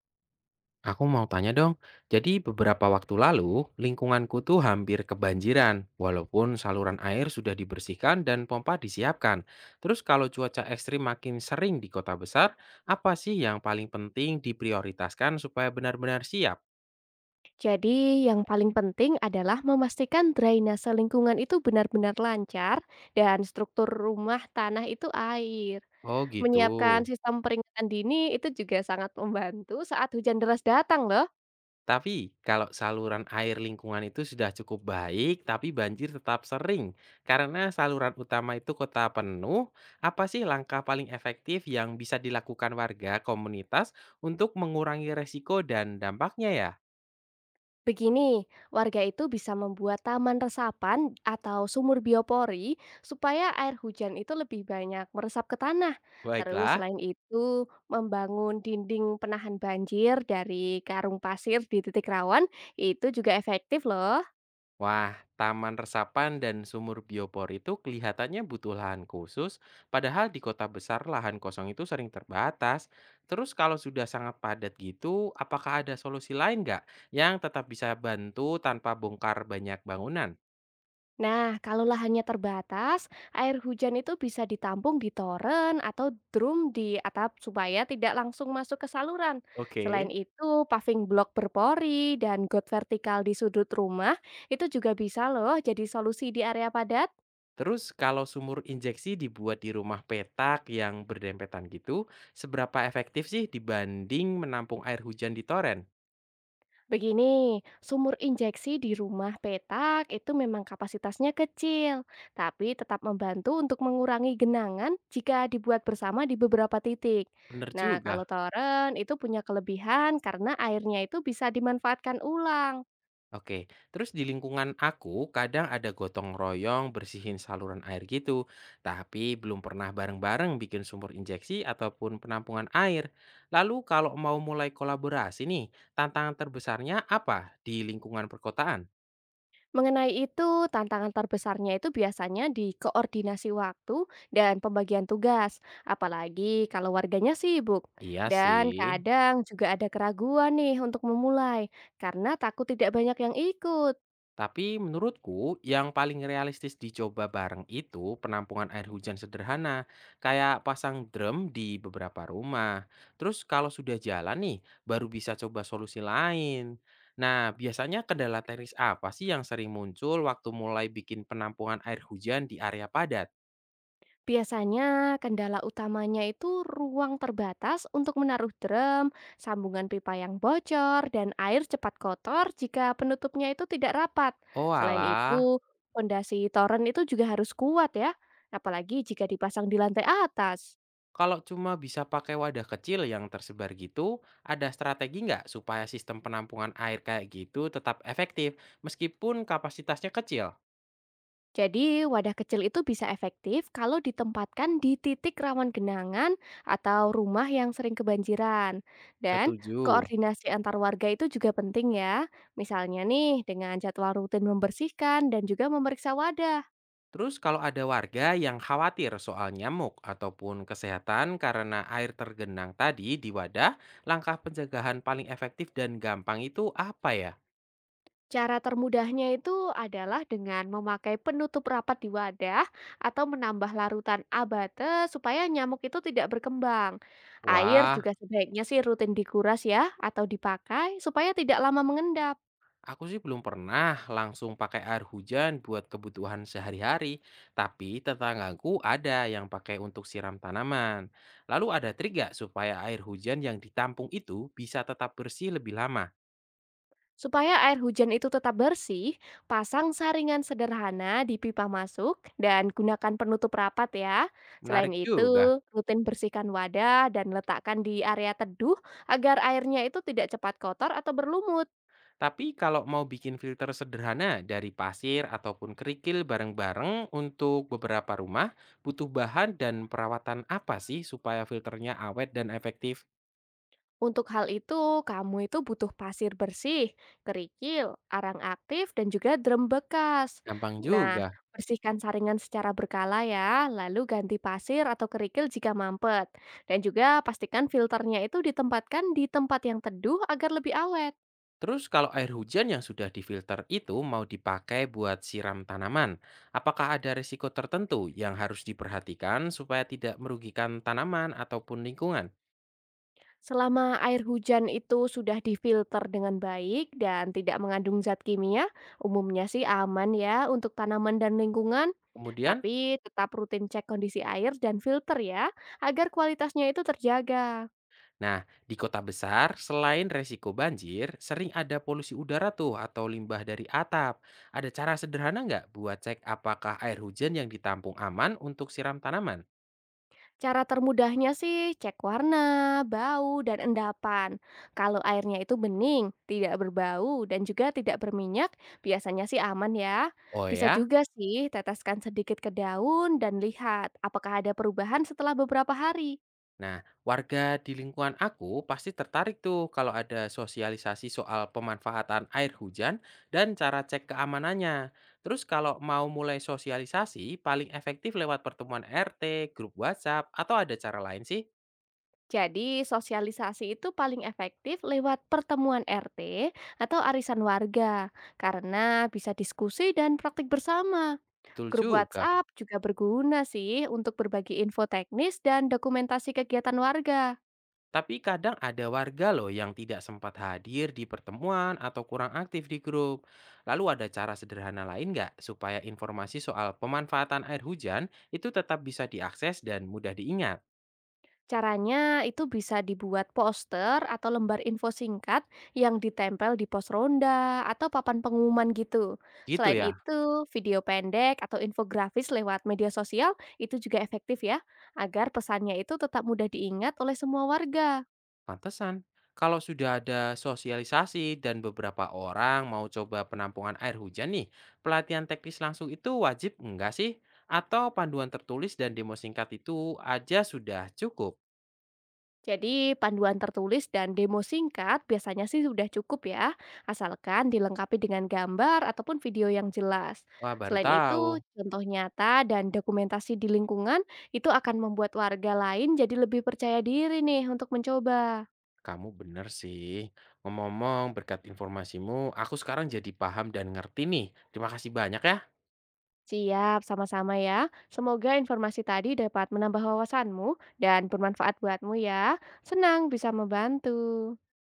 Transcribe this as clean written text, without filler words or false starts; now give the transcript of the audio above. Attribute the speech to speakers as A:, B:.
A: Aku mau tanya dong, jadi beberapa waktu lalu lingkunganku tuh hampir kebanjiran, walaupun saluran air sudah dibersihkan dan pompa disiapkan. Terus kalau cuaca ekstrim makin sering di kota besar, apa sih yang paling penting diprioritaskan supaya benar-benar siap?
B: Jadi, yang paling penting adalah memastikan drainase lingkungan itu benar-benar lancar dan struktur rumah tanah itu air.
A: Oh
B: Menyiapkan
A: gitu.
B: sistem peringatan dini itu juga sangat membantu saat hujan deras datang loh.
A: Tapi, kalau saluran air lingkungan itu sudah cukup baik, tapi banjir tetap sering. Karena saluran utama itu kota penuh, apa sih langkah paling efektif yang bisa dilakukan warga komunitas untuk mengurangi resiko dan dampaknya ya?
B: Begini, warga itu bisa membuat taman resapan atau sumur biopori supaya air hujan itu lebih banyak meresap ke tanah. Terus
A: Baiklah.
B: selain itu, membangun dinding penahan banjir dari karung pasir di titik rawan itu juga efektif loh.
A: Wah, taman resapan dan sumur biopor itu kelihatannya butuh lahan khusus, padahal di kota besar lahan kosong itu sering terbatas. Terus kalau sudah sangat padat gitu, apakah ada solusi lain nggak yang tetap bisa bantu tanpa bongkar banyak bangunan?
B: Nah, kalau lahannya terbatas, air hujan itu bisa ditampung di toren atau drum di atap supaya tidak langsung masuk ke saluran. Selain
A: Oke.
B: itu, paving block berpori dan got vertikal di sudut rumah itu juga bisa loh jadi solusi di area padat.
A: Terus kalau sumur injeksi dibuat di rumah petak yang berdempetan gitu, seberapa efektif sih dibanding menampung air hujan di toren?
B: Begini, sumur injeksi di rumah petak itu memang kapasitasnya kecil, tapi tetap membantu untuk mengurangi genangan jika dibuat bersama di beberapa titik.
A: Bener
B: Nah, kalau
A: juga.
B: toren itu punya kelebihan karena airnya itu bisa dimanfaatkan ulang.
A: Oke, terus di lingkungan aku kadang ada gotong royong bersihin saluran air gitu, tapi belum pernah bareng-bareng bikin sumur injeksi ataupun penampungan air. Lalu kalau mau mulai kolaborasi nih, tantangan terbesarnya apa di lingkungan perkotaan?
B: Mengenai itu, tantangan terbesarnya itu biasanya di koordinasi waktu dan pembagian tugas, apalagi kalau warganya sibuk.
A: Iya
B: Dan
A: sih.
B: kadang juga ada keraguan nih untuk memulai, karena takut tidak banyak yang ikut.
A: Tapi menurutku yang paling realistis dicoba bareng itu penampungan air hujan sederhana, kayak pasang drum di beberapa rumah. Terus kalau sudah jalan nih, baru bisa coba solusi lain. Nah, biasanya kendala teknis apa sih yang sering muncul waktu mulai bikin penampungan air hujan di area padat?
B: Biasanya kendala utamanya itu ruang terbatas untuk menaruh drum, sambungan pipa yang bocor, dan air cepat kotor jika penutupnya itu tidak rapat.
A: Oh
B: Selain
A: alah,
B: itu, fondasi toren itu juga harus kuat ya, apalagi jika dipasang di lantai atas.
A: kalau cuma bisa pakai wadah kecil yang tersebar gitu, ada strategi nggak supaya sistem penampungan air kayak gitu tetap efektif meskipun kapasitasnya kecil?
B: Jadi, wadah kecil itu bisa efektif kalau ditempatkan di titik rawan genangan atau rumah yang sering kebanjiran. Dan
A: Setuju.
B: koordinasi antar warga itu juga penting ya. Misalnya nih, dengan jadwal rutin membersihkan dan juga memeriksa wadah.
A: Terus kalau ada warga yang khawatir soal nyamuk ataupun kesehatan karena air tergenang tadi di wadah, langkah pencegahan paling efektif dan gampang itu apa ya?
B: Cara termudahnya itu adalah dengan memakai penutup rapat di wadah atau menambah larutan abate supaya nyamuk itu tidak berkembang. Air
A: Wah,
B: juga sebaiknya sih rutin dikuras ya atau dipakai supaya tidak lama mengendap.
A: aku sih belum pernah langsung pakai air hujan buat kebutuhan sehari-hari, tapi tetanggaku ada yang pakai untuk siram tanaman. Lalu ada trik gak supaya air hujan yang ditampung itu bisa tetap bersih lebih lama?
B: Supaya air hujan itu tetap bersih, pasang saringan sederhana di pipa masuk dan gunakan penutup rapat ya. Selain
A: Menarik juga.
B: itu, rutin bersihkan wadah dan letakkan di area teduh agar airnya itu tidak cepat kotor atau berlumut.
A: Tapi kalau mau bikin filter sederhana dari pasir ataupun kerikil bareng-bareng untuk beberapa rumah, butuh bahan dan perawatan apa sih supaya filternya awet dan efektif?
B: Untuk hal itu, kamu itu butuh pasir bersih, kerikil, arang aktif, dan juga drum bekas.
A: Gampang
B: Nah,
A: juga.
B: bersihkan saringan secara berkala ya, lalu ganti pasir atau kerikil jika mampet. Dan juga pastikan filternya itu ditempatkan di tempat yang teduh agar lebih awet.
A: Terus kalau air hujan yang sudah difilter itu mau dipakai buat siram tanaman, apakah ada risiko tertentu yang harus diperhatikan supaya tidak merugikan tanaman ataupun lingkungan?
B: Selama air hujan itu sudah difilter dengan baik dan tidak mengandung zat kimia, umumnya sih aman ya untuk tanaman dan lingkungan.
A: Kemudian,
B: Tapi tetap rutin cek kondisi air dan filter ya, agar kualitasnya itu terjaga.
A: nah, di kota besar, selain resiko banjir, sering ada polusi udara tuh atau limbah dari atap. Ada cara sederhana nggak buat cek apakah air hujan yang ditampung aman untuk siram tanaman?
B: Cara termudahnya sih cek warna, bau, dan endapan. Kalau airnya itu bening, tidak berbau, dan juga tidak berminyak, biasanya sih aman ya.
A: Oh
B: Bisa
A: ya,
B: juga sih teteskan sedikit ke daun dan lihat apakah ada perubahan setelah beberapa hari.
A: nah, warga di lingkungan aku pasti tertarik tuh kalau ada sosialisasi soal pemanfaatan air hujan dan cara cek keamanannya. Terus kalau mau mulai sosialisasi, paling efektif lewat pertemuan RT, grup WhatsApp, atau ada cara lain sih?
B: Jadi sosialisasi itu paling efektif lewat pertemuan RT atau arisan warga karena bisa diskusi dan praktik bersama.
A: Betul
B: Grup
A: juga.
B: WhatsApp juga berguna sih untuk berbagi info teknis dan dokumentasi kegiatan warga.
A: Tapi kadang ada warga loh yang tidak sempat hadir di pertemuan atau kurang aktif di grup. Lalu ada cara sederhana lain nggak supaya informasi soal pemanfaatan air hujan itu tetap bisa diakses dan mudah diingat?
B: Caranya itu bisa dibuat poster atau lembar info singkat yang ditempel di pos ronda atau papan pengumuman gitu.
A: Gitu
B: Selain
A: ya,
B: itu, video pendek atau infografis lewat media sosial itu juga efektif ya, agar pesannya itu tetap mudah diingat oleh semua warga.
A: pantesan. Kalau sudah ada sosialisasi dan beberapa orang mau coba penampungan air hujan nih, pelatihan teknis langsung itu wajib enggak sih? Atau panduan tertulis dan demo singkat itu aja sudah cukup?
B: Jadi panduan tertulis dan demo singkat biasanya sih sudah cukup ya, asalkan dilengkapi dengan gambar ataupun video yang jelas.
A: Wah, baru
B: Selain itu,
A: tahu.
B: contoh nyata dan dokumentasi di lingkungan itu akan membuat warga lain jadi lebih percaya diri nih untuk mencoba.
A: Kamu bener sih. Ngomong-ngomong berkat informasimu, aku sekarang jadi paham dan ngerti nih. Terima kasih banyak ya.
B: Siap, sama-sama ya. Semoga informasi tadi dapat menambah wawasanmu dan bermanfaat buatmu ya. Senang bisa membantu.